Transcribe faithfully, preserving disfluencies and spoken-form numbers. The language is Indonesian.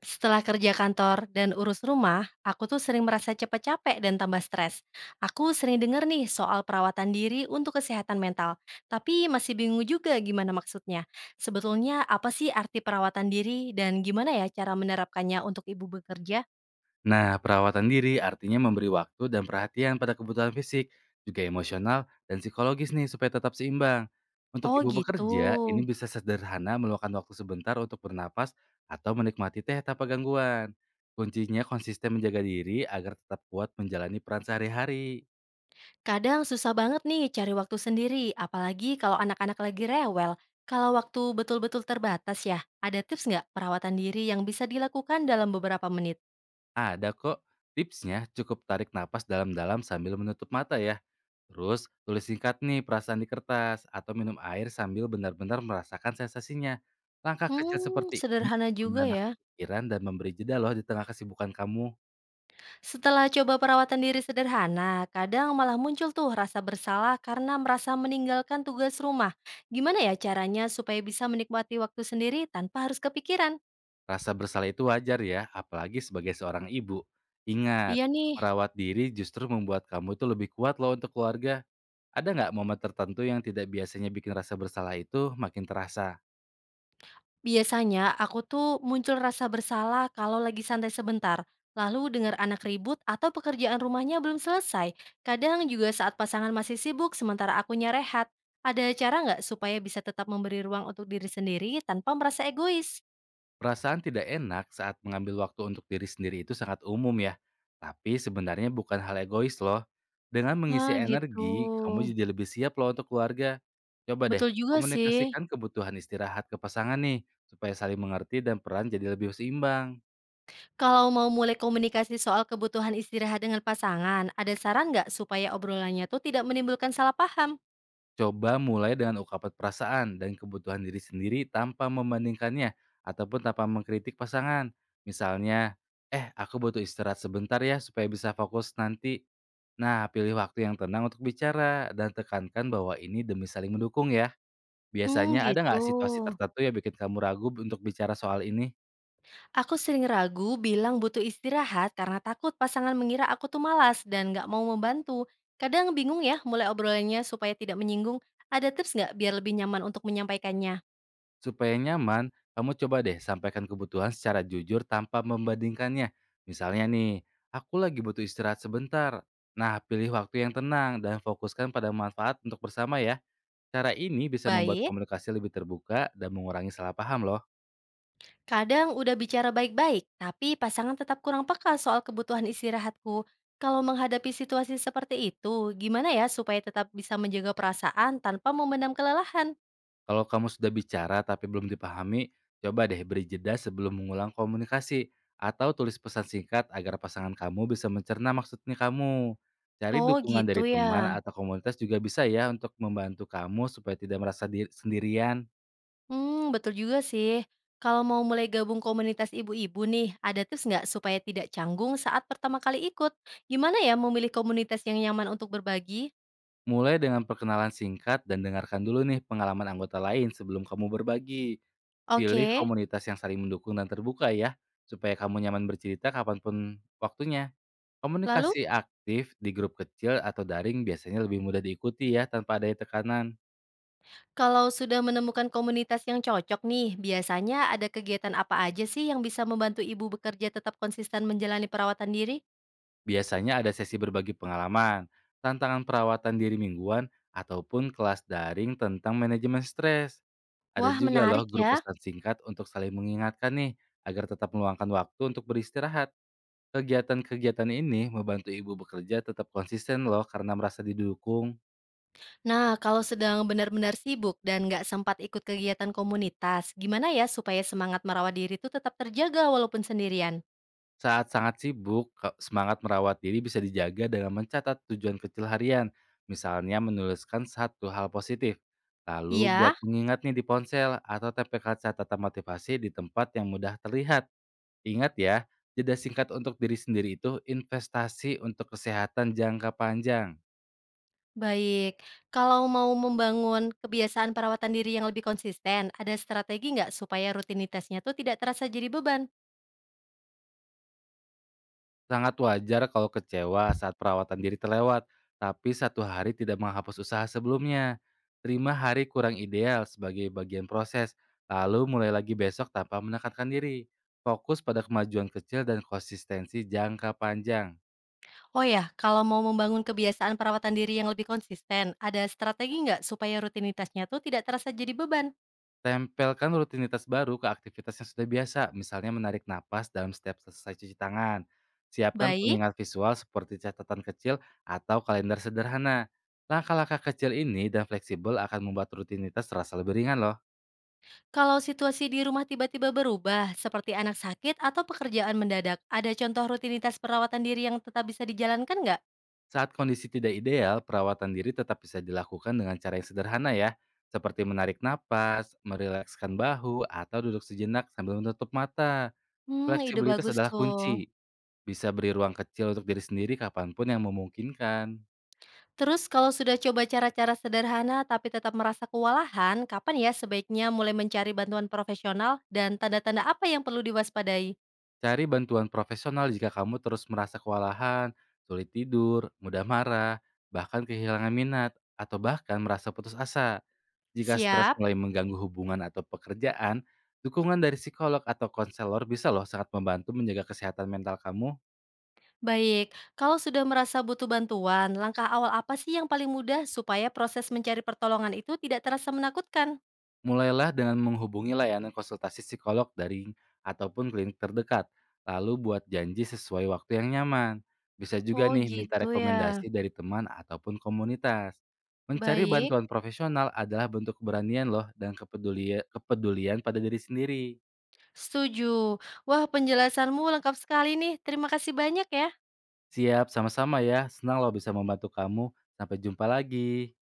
Setelah kerja kantor dan urus rumah, aku tuh sering merasa cepat capek dan tambah stres. Aku sering denger nih soal perawatan diri untuk kesehatan mental, tapi masih bingung juga gimana maksudnya. Sebetulnya apa sih arti perawatan diri dan gimana ya cara menerapkannya untuk ibu bekerja? Nah, perawatan diri artinya memberi waktu dan perhatian pada kebutuhan fisik, juga emosional dan psikologis nih supaya tetap seimbang. Untuk Oh ibu gitu. bekerja, ini bisa sederhana meluangkan waktu sebentar untuk bernapas atau menikmati teh tanpa gangguan. Kuncinya konsisten menjaga diri agar tetap kuat menjalani peran sehari-hari. Kadang susah banget nih cari waktu sendiri, apalagi kalau anak-anak lagi rewel. Kalau waktu betul-betul terbatas ya, ada tips nggak perawatan diri yang bisa dilakukan dalam beberapa menit? Ada kok tipsnya, cukup tarik napas dalam-dalam sambil menutup mata ya. Terus, tulis singkat nih perasaan di kertas atau minum air sambil benar-benar merasakan sensasinya. Langkah kecil Hmm, seperti ini sederhana bisa juga ya. menenangkan pikiran dan memberi jeda loh di tengah kesibukan kamu. Setelah coba perawatan diri sederhana, kadang malah muncul tuh rasa bersalah karena merasa meninggalkan tugas rumah. Gimana ya caranya supaya bisa menikmati waktu sendiri tanpa harus kepikiran? Rasa bersalah itu wajar ya, apalagi sebagai seorang ibu. Ingat, Iya nih, merawat diri justru membuat kamu itu lebih kuat loh untuk keluarga. Ada nggak momen tertentu yang tidak biasanya bikin rasa bersalah itu makin terasa? biasanya aku tuh muncul rasa bersalah kalau lagi santai sebentar, lalu dengar anak ribut atau pekerjaan rumahnya belum selesai. Kadang juga saat pasangan masih sibuk sementara akunya rehat. Ada cara nggak supaya bisa tetap memberi ruang untuk diri sendiri tanpa merasa egois? Perasaan tidak enak saat mengambil waktu untuk diri sendiri itu sangat umum ya, tapi sebenarnya bukan hal egois loh. Dengan Ah, mengisi gitu. energi, kamu jadi lebih siap loh untuk keluarga. Coba deh, Betul juga sih. komunikasikan kebutuhan istirahat ke pasangan nih, supaya saling mengerti dan peran jadi lebih seimbang. Kalau mau mulai komunikasi soal kebutuhan istirahat dengan pasangan, ada saran nggak supaya obrolannya tuh tidak menimbulkan salah paham? Coba mulai dengan ungkapan perasaan dan kebutuhan diri sendiri tanpa membandingkannya ataupun tanpa mengkritik pasangan. Misalnya, eh aku butuh istirahat sebentar ya supaya bisa fokus nanti. Nah, pilih waktu yang tenang untuk bicara dan tekankan bahwa ini demi saling mendukung ya. Hmm, Biasanya ada gitu. nggak situasi tertentu yang bikin kamu ragu untuk bicara soal ini? Aku sering ragu bilang butuh istirahat karena takut pasangan mengira aku tuh malas dan nggak mau membantu. Kadang bingung ya mulai obrolannya supaya tidak menyinggung. Ada tips nggak biar lebih nyaman untuk menyampaikannya? Supaya nyaman, kamu coba deh sampaikan kebutuhan secara jujur tanpa membandingkannya. Misalnya nih, aku lagi butuh istirahat sebentar. Nah, pilih waktu yang tenang dan fokuskan pada manfaat untuk bersama ya. Cara ini bisa membuat Baik. komunikasi lebih terbuka dan mengurangi salah paham loh. Kadang udah bicara baik-baik, tapi pasangan tetap kurang peka soal kebutuhan istirahatku. Kalau menghadapi situasi seperti itu, gimana ya supaya tetap bisa menjaga perasaan tanpa memendam kelelahan? Kalau kamu sudah bicara tapi belum dipahami, coba deh beri jeda sebelum mengulang komunikasi atau tulis pesan singkat agar pasangan kamu bisa mencerna maksudnya kamu. Cari Oh dukungan gitu dari ya. teman atau komunitas juga bisa ya untuk membantu kamu supaya tidak merasa di- sendirian. Hmm, betul juga sih. Kalau mau mulai gabung komunitas ibu-ibu nih, ada tips nggak supaya tidak canggung saat pertama kali ikut? Gimana ya memilih komunitas yang nyaman untuk berbagi? Mulai dengan perkenalan singkat dan dengarkan dulu nih pengalaman anggota lain sebelum kamu berbagi. Oke, Pilih komunitas yang saling mendukung dan terbuka ya, supaya kamu nyaman bercerita kapanpun waktunya. lalu? Komunikasi aktif di grup kecil atau daring biasanya lebih mudah diikuti ya tanpa adanya tekanan. Kalau sudah menemukan komunitas yang cocok nih, biasanya ada kegiatan apa aja sih yang bisa membantu ibu bekerja tetap konsisten menjalani perawatan diri? Biasanya ada sesi berbagi pengalaman, tantangan perawatan diri mingguan, ataupun kelas daring tentang manajemen stres. Ada Wah, juga loh menarik ya. grup pesan singkat untuk saling mengingatkan nih, agar tetap meluangkan waktu untuk beristirahat. Kegiatan-kegiatan ini membantu ibu bekerja tetap konsisten loh karena merasa didukung. Nah, kalau sedang benar-benar sibuk dan nggak sempat ikut kegiatan komunitas, gimana ya supaya semangat merawat diri itu tetap terjaga walaupun sendirian? Saat sangat sibuk, ke- semangat merawat diri bisa dijaga dengan mencatat tujuan kecil harian, misalnya menuliskan satu hal positif. Lalu buat Iya, pengingat nih di ponsel atau tempelkan catatan motivasi di tempat yang mudah terlihat. Ingat ya, jeda singkat untuk diri sendiri itu investasi untuk kesehatan jangka panjang. baik. Kalau mau membangun kebiasaan perawatan diri yang lebih konsisten, ada strategi nggak supaya rutinitasnya tuh tidak terasa jadi beban? Sangat wajar kalau kecewa saat perawatan diri terlewat, tapi satu hari tidak menghapus usaha sebelumnya. Terima hari kurang ideal sebagai bagian proses, lalu mulai lagi besok tanpa menekankan diri. Fokus pada kemajuan kecil dan konsistensi jangka panjang. Oh ya, kalau mau membangun kebiasaan perawatan diri yang lebih konsisten, ada strategi nggak supaya rutinitasnya tuh tidak terasa jadi beban? Tempelkan rutinitas baru ke aktivitas yang sudah biasa, misalnya menarik napas dalam setiap selesai cuci tangan. Siapkan Baik, pengingat visual seperti catatan kecil atau kalender sederhana. Langkah-langkah kecil ini dan fleksibel akan membuat rutinitas terasa lebih ringan loh. kalau situasi di rumah tiba-tiba berubah, seperti anak sakit atau pekerjaan mendadak, ada contoh rutinitas perawatan diri yang tetap bisa dijalankan nggak? Saat kondisi tidak ideal, perawatan diri tetap bisa dilakukan dengan cara yang sederhana ya, seperti menarik napas, merilekskan bahu, atau duduk sejenak sambil menutup mata. Hmm, ide Fleksibilitas bagus adalah tuh. kunci. Bisa beri ruang kecil untuk diri sendiri kapanpun yang memungkinkan. Terus kalau sudah coba cara-cara sederhana tapi tetap merasa kewalahan, kapan ya sebaiknya mulai mencari bantuan profesional dan tanda-tanda apa yang perlu diwaspadai? Cari bantuan profesional jika kamu terus merasa kewalahan, sulit tidur, mudah marah, bahkan kehilangan minat, atau bahkan merasa putus asa. Jika stres Siap. mulai mengganggu hubungan atau pekerjaan, dukungan dari psikolog atau konselor bisa loh sangat membantu menjaga kesehatan mental kamu. Baik, kalau sudah merasa butuh bantuan, langkah awal apa sih yang paling mudah supaya proses mencari pertolongan itu tidak terasa menakutkan? Mulailah dengan menghubungi layanan konsultasi psikolog daring ataupun klinik terdekat, lalu buat janji sesuai waktu yang nyaman. Bisa juga Oh nih minta gitu ya. rekomendasi dari teman ataupun komunitas. Mencari Baik, bantuan profesional adalah bentuk keberanian loh dan kepedulian, kepedulian pada diri sendiri. setuju. Wah, penjelasanmu lengkap sekali nih. Terima kasih banyak ya. Siap, sama-sama ya. Senang loh bisa membantu kamu. Sampai jumpa lagi.